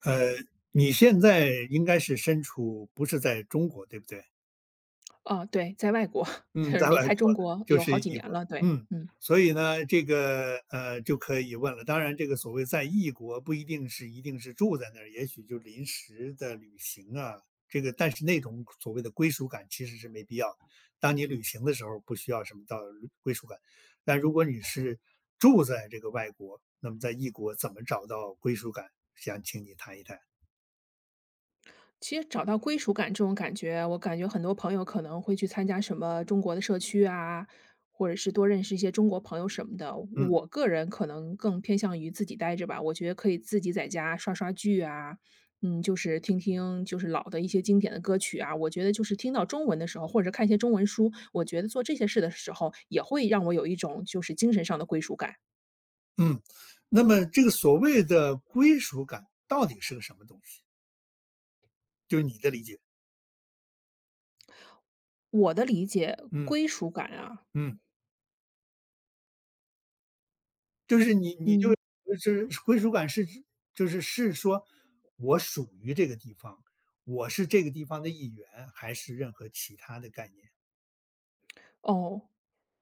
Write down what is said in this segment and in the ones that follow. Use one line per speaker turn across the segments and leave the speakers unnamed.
呃，你现在应该是身处不是在中国，对不对？
哦，对，在外国，就
嗯，
是
在
离
外国
开中国
就
有
是
好几
异
年
国，
了，对，
嗯，
嗯。
所以呢，这个就可以问了。当然，这个所谓在异国不一定是一定是住在那儿，也许就临时的旅行啊，这个但是那种所谓的归属感其实是没必要的。当你旅行的时候不需要什么到归属感，但如果你是住在这个外国，那么在异国怎么找到归属感？想请你谈一谈。
其实找到归属感这种感觉，我感觉很多朋友可能会去参加什么中国的社区啊，或者是多认识一些中国朋友什么的。
嗯。
我个人可能更偏向于自己待着吧，我觉得可以自己在家刷刷剧啊，就是听听就是老的一些经典的歌曲啊。我觉得就是听到中文的时候，或者是看一些中文书，我觉得做这些事的时候，也会让我有一种就是精神上的归属感。
嗯，那么这个所谓的归属感到底是个什么东西？就是你的理解。
我的理解，
嗯
归属感啊，
嗯，就是你就
嗯，
就是归属感是指就是是说我属于这个地方，我是这个地方的一员，还是任何其他的概念？
哦，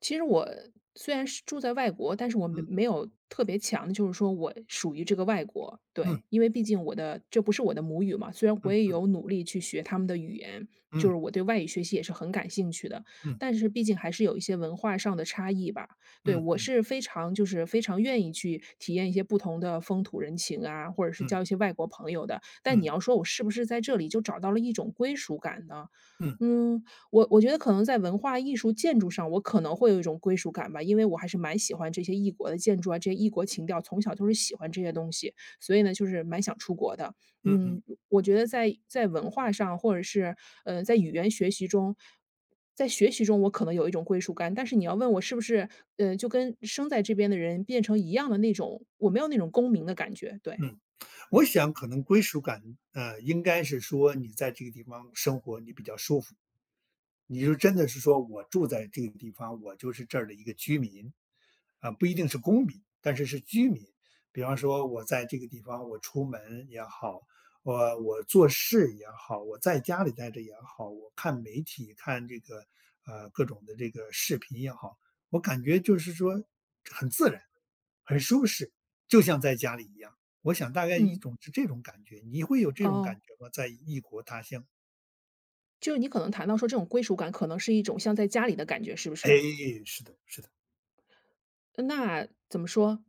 其实我虽然是住在外国，但是我没
嗯
没有特别强的，就是说我属于这个外国，
嗯
对，因为毕竟我的这不是我的母语嘛，虽然我
嗯
也
嗯
有努力去学他们的语言，就是
嗯
我对外语学习也是很感兴趣的，
嗯
但是毕竟还是有一些文化上的差异吧。对，
嗯嗯
我
嗯
是非常就是非常愿意去体验一些不同的风土人情啊，或者是
嗯
交一些外国朋友的，但你
嗯
要说我是不是在这里就找到了一种归属感呢？
嗯
嗯，我觉得可能在文化艺术建筑上，我可能会有一种归属感吧，因为我还是蛮喜欢这些异国的建筑啊，这些异国情调，从小就是喜欢这些东西，所以呢，就是蛮想出国的。
嗯，嗯，
嗯，我觉得在文化上，或者是在语言学习中，在学习中我可能有一种归属感，但是你要问我是不是就跟生在这边的人变成一样的那种，我没有那种公民的感觉，对，
我
嗯
想可能归属感应该是说你在这个地方生活你比较舒服。你就真的是说我住在这个地方，我就是这儿的一个居民，啊，不一定是公民，但是是居民。比方说，我在这个地方，我出门也好，我做事也好，我在家里待着也好，我看媒体、看这个各种的这个视频也好，我感觉就是说很自然，很舒适，就像在家里一样。我想大概一
嗯，
种是这种感觉，你会有这种感
哦，
觉吗？在异国他乡？
就是你可能谈到说这种归属感，可能是一种像在家里的感觉，是不
哎，
是？
是的，是的，
那怎么说？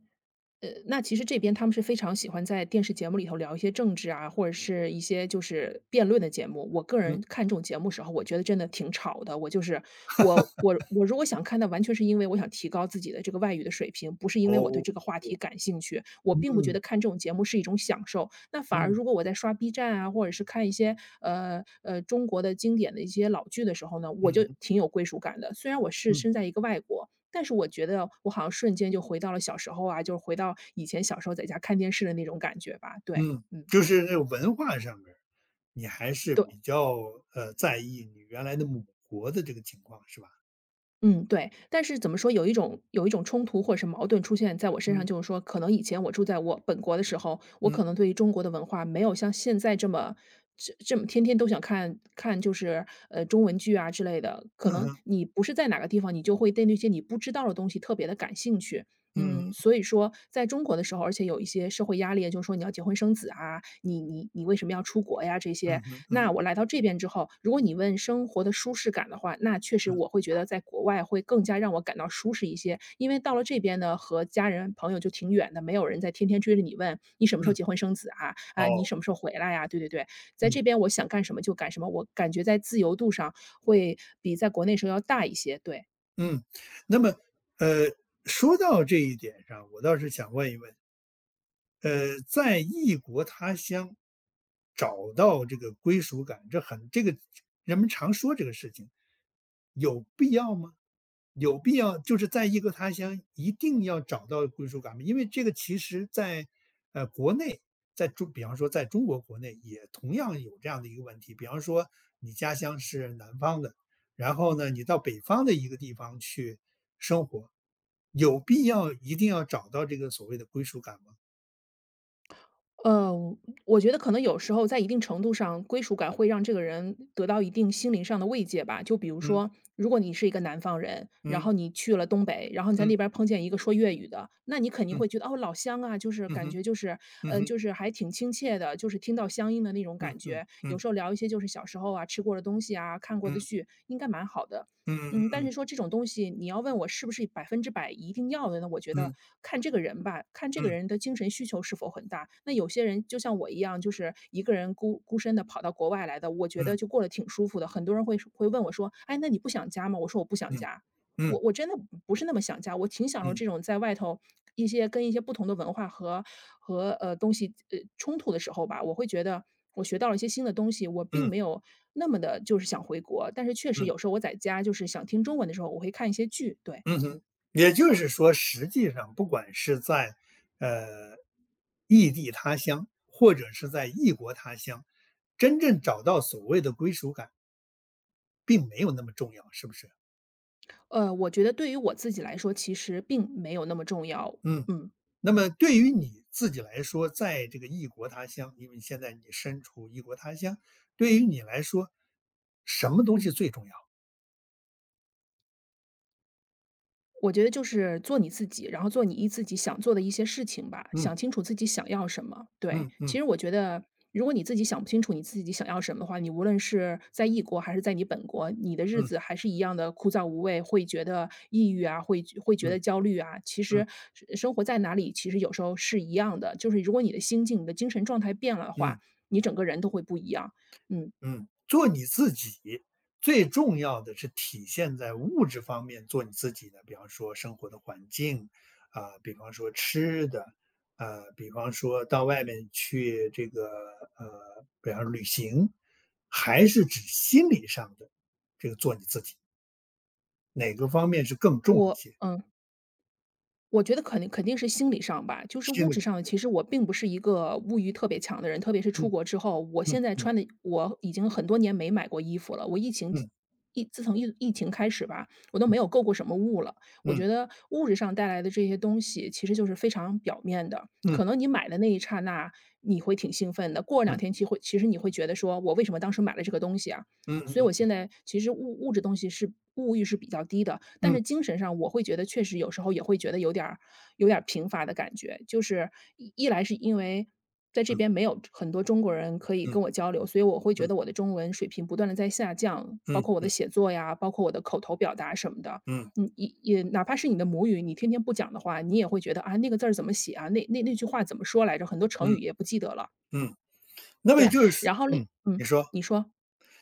那其实这边他们是非常喜欢在电视节目里头聊一些政治啊，或者是一些就是辩论的节目。我个
嗯。
人看这种节目时候，我觉得真的挺吵的。我就是我我我如果想看的，完全是因为我想提高自己的这个外语的水平，不是因为我对
哦，
这个话题感兴趣。我并不觉
嗯
得看这种节目是一种享受。那反而
嗯
如果我在刷 B 站啊，或者是看一些中国的经典的一些老剧的时候呢，我就
嗯
挺有归属感的。虽然我是
嗯
身在一个外国，但是我觉得我好像瞬间就回到了小时候啊，就是回到以前小时候在家看电视的那种感觉吧，对，
嗯，
嗯，
就是那个文化上面儿你还是
对，
比较在意你原来的母国的这个情况是吧？
嗯，对。但是怎么说，有一种冲突或者是矛盾出现在我身上，
嗯
就是说，可能以前我住在我本国的时候，我
嗯
可能对于中国的文化没有像现在这么这么天天都想看看，就是中文剧啊之类的。可
嗯
能
哼
你不是在哪个地方，你就会对那些你不知道的东西特别的感兴趣。
嗯
嗯，
哼
所以说在中国的时候，而且有一些社会压力，就是说你要结婚生子啊，你为什么要出国呀？这些
嗯哼嗯
那
哼
我来到这边之后，如果你问生活的舒适感的话，那确实
嗯
我会觉得在国外会更加让我感到舒适一些。因为到了这边呢，和家人朋友就挺远的，没有人在天天追着你问你什么时候
嗯
结婚生子啊，啊，你
哦
什么时候回来呀、对对对，在
嗯
这边我想干什么就干什么，我感觉在自由度上会比在国内时候要大一些。对，
嗯，那么呃说到这一点上，我倒是想问一问，在异国他乡找到这个归属感，这很这个人们常说这个事情，有必要吗？有必要就是在异国他乡一定要找到归属感吗？因为这个其实在国内，在中比方说在中国国内也同样有这样的一个问题，比方说你家乡是南方的，然后呢你到北方的一个地方去生活，有必要一定要找到这个所谓的归属感吗？
呃，我觉得可能有时候在一定程度上，归属感会让这个人得到一定心灵上的慰藉吧。就比如
嗯。
说，如果你是一个南方人，然
嗯
后你去了东北，然后你在
嗯
那边儿碰见一个说粤语的，那你肯定
嗯
会觉得哦，老乡啊，就是
嗯
感
哼
觉就是，
嗯
嗯、
哼
就是还挺亲切的，就是听到乡音的那种
嗯
感
嗯
觉。有
嗯
时候聊一些就是小时候啊吃过的东西啊，看过的
嗯
剧，应该蛮好的。嗯，但
嗯
是说这种东西，你要问我是不是百分之百一定要的呢？我觉
嗯嗯
得
嗯
看这个人吧，看这个人
嗯
的精神需求是否很大。那有些人就像我一样，就是一个人孤孤身的跑到国外来的，我觉得
嗯
就过得挺舒服的。很多人会问我说："哎，那你不想家吗？"我说："我不想
嗯
家。"我真的不是那么想家，我挺享受
嗯
这种在外头一些跟一些不同的文化和东西，冲突的时候吧，我会觉得我学到了一些新的东西，我并没有那么的就是想回国。但是确实
嗯
有时候我在家就是想听中文的时候，我会看一些剧，对，
嗯哼。
嗯。
也就是说，实际上不管是在呃异地他乡，或者是在异国他乡，真正找到所谓的归属感，并没有那么重要，是不是？
我觉得对于我自己来说，其实并没有那么重要，
嗯，
嗯。
那么对于你自己来说，在这个异国他乡，因为现在你身处异国他乡，对于你来说，什么东西最重要？
我觉得就是做你自己，然后做你自己想做的一些事情吧，
嗯
想清楚自己想要什么。对，
嗯嗯
其实我觉得，如果你自己想不清楚你自己想要什么的话，你无论是在异国还是在你本国，你的日子
嗯
还是一样的枯燥无味，会觉得抑郁啊，会觉
嗯
得焦虑啊。其
嗯
实是生活在哪里，其实有时候是一样的，就是如果你的心境、你的精神状态变了的
嗯
话，你整个人都会不一样。嗯，
嗯，做你自己，最重要的是体现在物质方面做你自己的，比方说生活的环境，啊、比方说吃的，比方说到外面去这个比方说旅行，还是指心理上的这个做你自己，哪个方面是更重一
我
些？
嗯。我觉得肯定是心理上吧，就是
心
物
理
质上，
上，
其实我并不是一个物欲特别强的人，特别是
嗯
出国之后，我
嗯
现在
嗯
穿的我已经很多年没买过衣服了。我疫情
嗯
疫自从情开始吧，我都
嗯
没有购过什么物了。我
嗯
觉得物质上带来的这些东西，其实就是非常表面的。可
嗯
能你买的那一刹那，你会挺兴奋的，过两
嗯
天其实你会觉得说，我为什么当时买了这个东西啊？
嗯
所以我
嗯
现在其实物质东西是物欲是比较低的，但
嗯
是精神上我会觉得确实有时候也会觉得有点儿贫乏的感觉。就是一来是因为在这
嗯
边没有很多中国人可以
嗯
跟我交流，所以我会觉
嗯
得我的中文水平不断的在下降，包括我的
嗯
写作呀，包括我的口头表达什么的。
嗯。
也哪怕是你的母语，你天天不讲的话，你也会觉得，啊，那个字儿怎么写啊，那那句话怎么说来着，很多成
嗯
语也不记得了。
嗯，那么也
对，
就是说
然后
嗯，你说，
你说。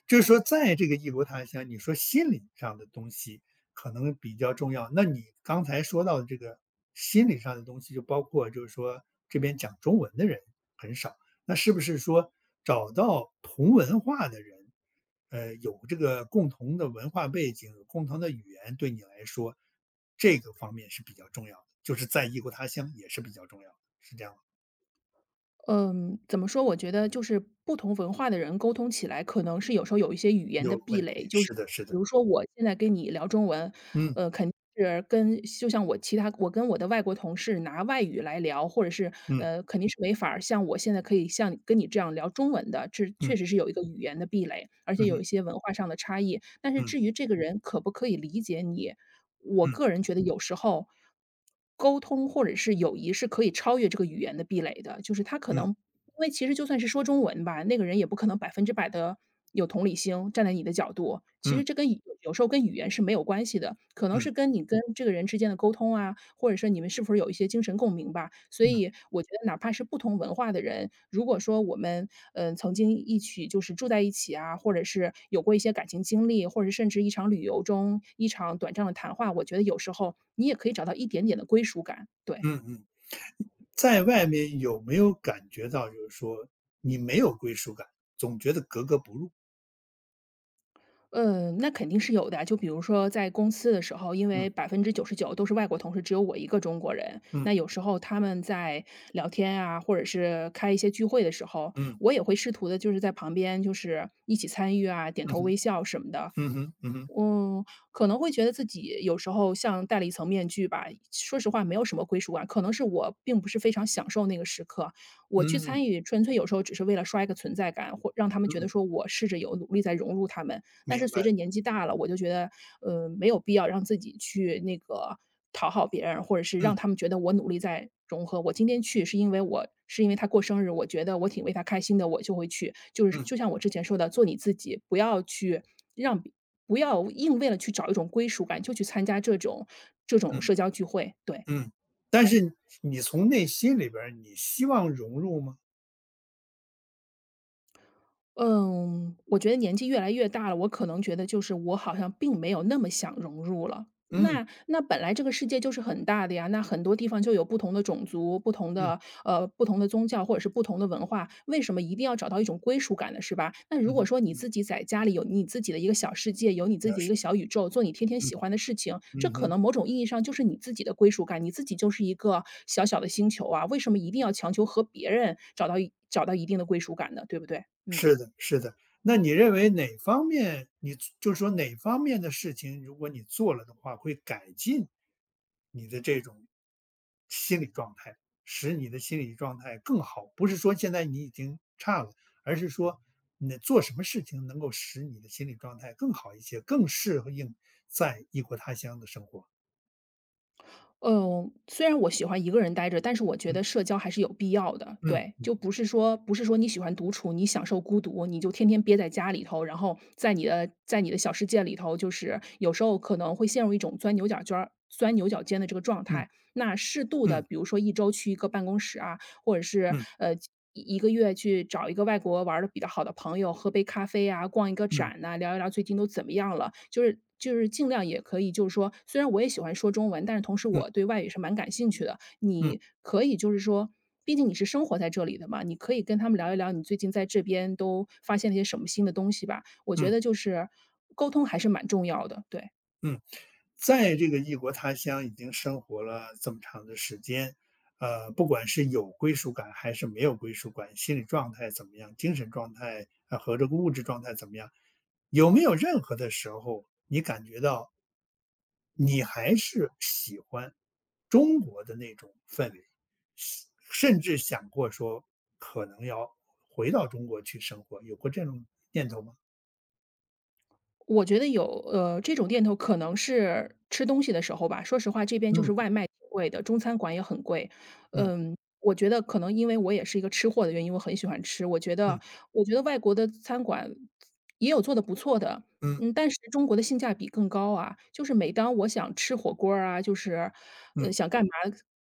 就是说在这个异国他乡，你说心理上的东西可能比较重要。那你刚才说到的这个心理上的东西，就包括就是说这边讲中文的人很少，那是不是说找到同文化的人，有这个共同的文化背景、有共同的语言，对你来说这个方面是比较重要的，就是在异国他乡也是比较重要的，是这样吗？
嗯，怎么说？我觉得就是不同文化的人沟通起来，可能是有时候有一些语言的
有
壁
问
垒。
题，
就是
是的，是
比
的，
如说，我现在跟你聊中文，
嗯
肯定是跟就像我其他我跟我的外国同事拿外语来聊，或者是
嗯。
肯定是没法儿像我现在可以像跟你这样聊中文的。这
嗯，
确实是有一个语言的壁垒，而且有
嗯
一些文化上的差异。但是
嗯，
至于这个人可不可以理解你，我
嗯，
个人觉得有时候沟通或者是友谊是可以超越这个语言的壁垒的，就是他可能
嗯，
因为其实就算是说中文吧，那个人也不可能100%的有同理心，站在你的角度。
嗯，
其
嗯，嗯，
实这跟语有时候跟语言是没有关系的，可能
嗯，
是跟你跟这个人之间的沟通啊，或者说你们是不是有一些精神共鸣吧。所
嗯。
以我觉得哪怕是不同文化的人，如果说我们，曾经一起就是住在一起啊，或者是有过一些感情经历，或者甚至一场旅游中一场短暂的谈话，我觉得有时候你也可以找到一点点的归属感，对。
嗯嗯在外面有没有感觉到就是说你没有归属感，总觉得格格不入？
嗯，那肯定是有的啊。就比如说在公司的时候，因
嗯，
为99%都是外国同事，只有我一个中国人。
嗯，
那有时候他们在聊天啊，或者是开一些聚会的时候，
嗯，
我也会试图的，就是在旁边就是一起参与啊，点
嗯
头
哼，
微笑什么的。
嗯哼，嗯哼，
嗯，可能会觉得自己有时候像戴了一层面具吧，说实话没有什么归属感。可能是我并不是非常享受那个时刻，我去
嗯，
参与纯粹有时候只是为了刷一个存在感，或让他们觉得
嗯，
说我试着有努力在融入他们。但是
明白，
随着年纪大了，我就觉得，没有必要让自己去那个讨好别人，或者是
嗯，
让他们觉得我努力在融合。我今天去是因为因为他过生日，我觉得我挺为他开心的，我就会去。就是
嗯，
就像我之前说的，做你自己，让别不要硬为了去找一种归属感，就去参加这种
嗯，
社交聚会。对。
嗯。但是你从内心里边儿你希望融入吗？
嗯，我觉得年纪越来越大了，我可能觉得就是我好像并没有那么想融入了。
嗯，
那本来这个世界就是很大的呀，那很多地方就有不同的种族、不同
嗯，
的不同的宗教或者是不同的文化，为什么一定要找到一种归属感呢？是吧？那
嗯
如果
哼，
说你自己在家里有你自己的一个小世界，有你自
了
己的一
解，
个小宇宙，做你天天
嗯，
喜欢的事情，这
嗯
可
哼。
能某种意义上就是你自己的归属感，你自己就是一个小小的星球啊，为什么一定要强求和别人找到一定的归属感呢？对不对？嗯。
是的，是的。那你认为哪方面你就是说哪方面的事情，如果你做了的话，会改进你的这种心理状态，使你的心理状态更好？不是说现在你已经差了，而是说你做什么事情能够使你的心理状态更好一些，更适应在异国他乡的生活？
嗯，虽然我喜欢一个人待着，但是我觉
嗯
得社交还是有必要的。
嗯
对，就不是说不是说你喜欢独处，你享受孤独，你就天天憋在家里头，然后在在你的小世界里头，就是有时候可能会陷入一种钻牛角尖的这个状
嗯
态。那适度的，
嗯
比如说一周去一个办公室啊，或者是
嗯
一个月去找一个外国玩的比较好的朋友喝杯咖啡啊，逛一个
嗯
展呐、聊一聊最近都怎么样了，就是尽量也可以，就是说虽然我也喜欢说中文，但是同时
嗯
我对外语是蛮感兴趣的，
嗯
你可以就是说。毕竟你是生活在这里的嘛，你可以跟他们聊一聊你最近在这边都发现了些什么新的东西吧。我
嗯
觉
嗯
得就是沟通还是蛮重要的，对。
嗯。在这个异国他乡已经生活了这么长的时间，不管是有归属感还是没有归属感，心理状态怎么样，精神状态啊和这个物质状态怎么样，有没有任何的时候你感觉到你还是喜欢中国的那种氛围，喜甚至想过说可能要回到中国去生活，有过这种念头吗？
我觉得有，呃，这种店头可能是吃东西的时候吧。说实话，这边就是
嗯
外卖挺贵的，中餐馆也很贵。
嗯
嗯，我觉得可能因为我也是一个吃货的原因，我很喜欢吃。
嗯
我觉得外国的餐馆也有做的不错的，
嗯
嗯，但是中国的性价比更高啊。就是每当我想吃火锅儿啊，就是，
嗯
呃，
嗯
想干嘛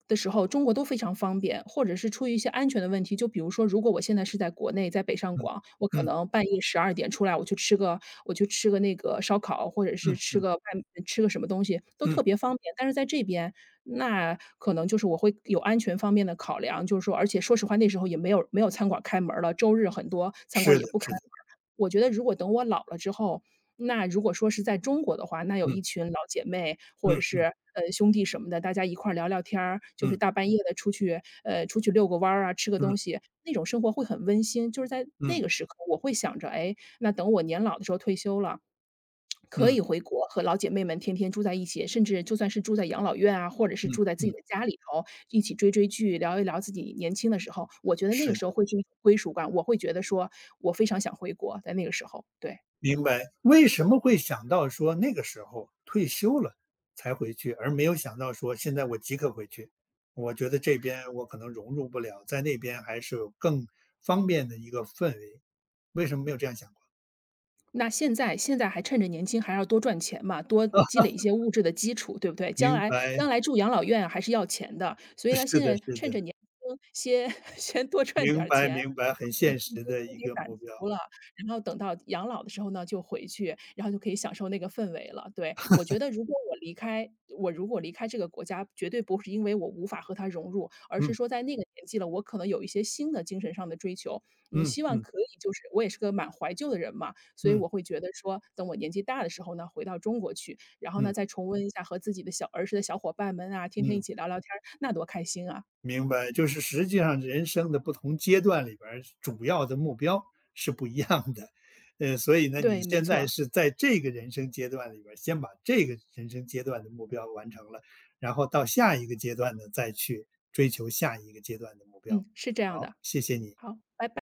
的时候，中国都非常方便。或者是出于一些安全的问题，就比如说如果我现在是在国内，在北上
嗯
广，我可
嗯
能半夜12点出来，我去吃个那个烧烤，或者是
嗯
吃个什么东西，都
嗯。
特别方便。但是在这边，那可能就是我会有安全方面的考量，就是说而且说实话，那时候也没有没有餐馆开门儿了，周日很多餐馆
是
儿
的
也不开
是
门
的，
儿。我觉得如果等我老了之后，那如果说是在中国的话，那有
嗯，
一群老姐妹或者
嗯
是，
嗯
呃，兄弟什么的，大家一块儿聊聊天儿，就是
嗯
大半夜的出去遛个弯儿啊，吃个东
嗯
西，那种生活会很温馨。就是在那
嗯
个时刻，我会想着，哎，那等我年老的时候退休了，可
嗯
以回国和老姐妹们天天住在一起，甚至就算是住在养老院啊，或者是
嗯
住在自己
嗯，
的家里头，一起追追剧，聊一聊自己年轻的时候，我觉得那
是
个
的，
时候会是一种归属感，我会觉得说我非常想回国，在那个时候，对。
明白。为什么会想到说那个时候退休了才回去，而没有想到说现在我即刻回去？我觉得这边我可能融入不了，在那边还是有更方便的一个氛围，为什么没有这样想过？
那现在还趁着年轻，还要多赚钱嘛，多 积
啊，
累一些物质的基础，对不对？
明白，
将来住养老院啊还是要钱的，所 以呢，
是
现
的
在
是
趁着
的，
年轻，先 先多赚点
明
儿
白
钱，
明白，很
这个
现
退
实
休
的
金
一
给
个
攒
目标，
足了，然后等到养老的时候呢，就回去，然后就可以享受那个氛围了。对，我觉得如果我离开我如果离开这个国家，绝对不是因为我无法和它融入，而是
嗯
说在那个年纪了，我可能有一些新的精神上的追求。嗯，
嗯
希望
嗯
可以就是我也是个蛮怀旧的人嘛，所以
嗯
我会觉得说，等我年纪大的时候呢，回到中国去，然后
嗯
呢，再重温一下和自己的儿时的小伙伴们啊，天天一
嗯。
起聊聊天儿，那多开心啊。
明白，就是实际上人生的不同阶段里边儿，主要的目标是不一样的，所以呢，你
对，没
现在
错，
是在这个人生阶段里边儿，先把这个人生阶段的目标完成了，然后到下一个阶段呢，再去追求下一个阶段的目标。
嗯，是这样
好，
的。
谢谢你。
好，拜拜。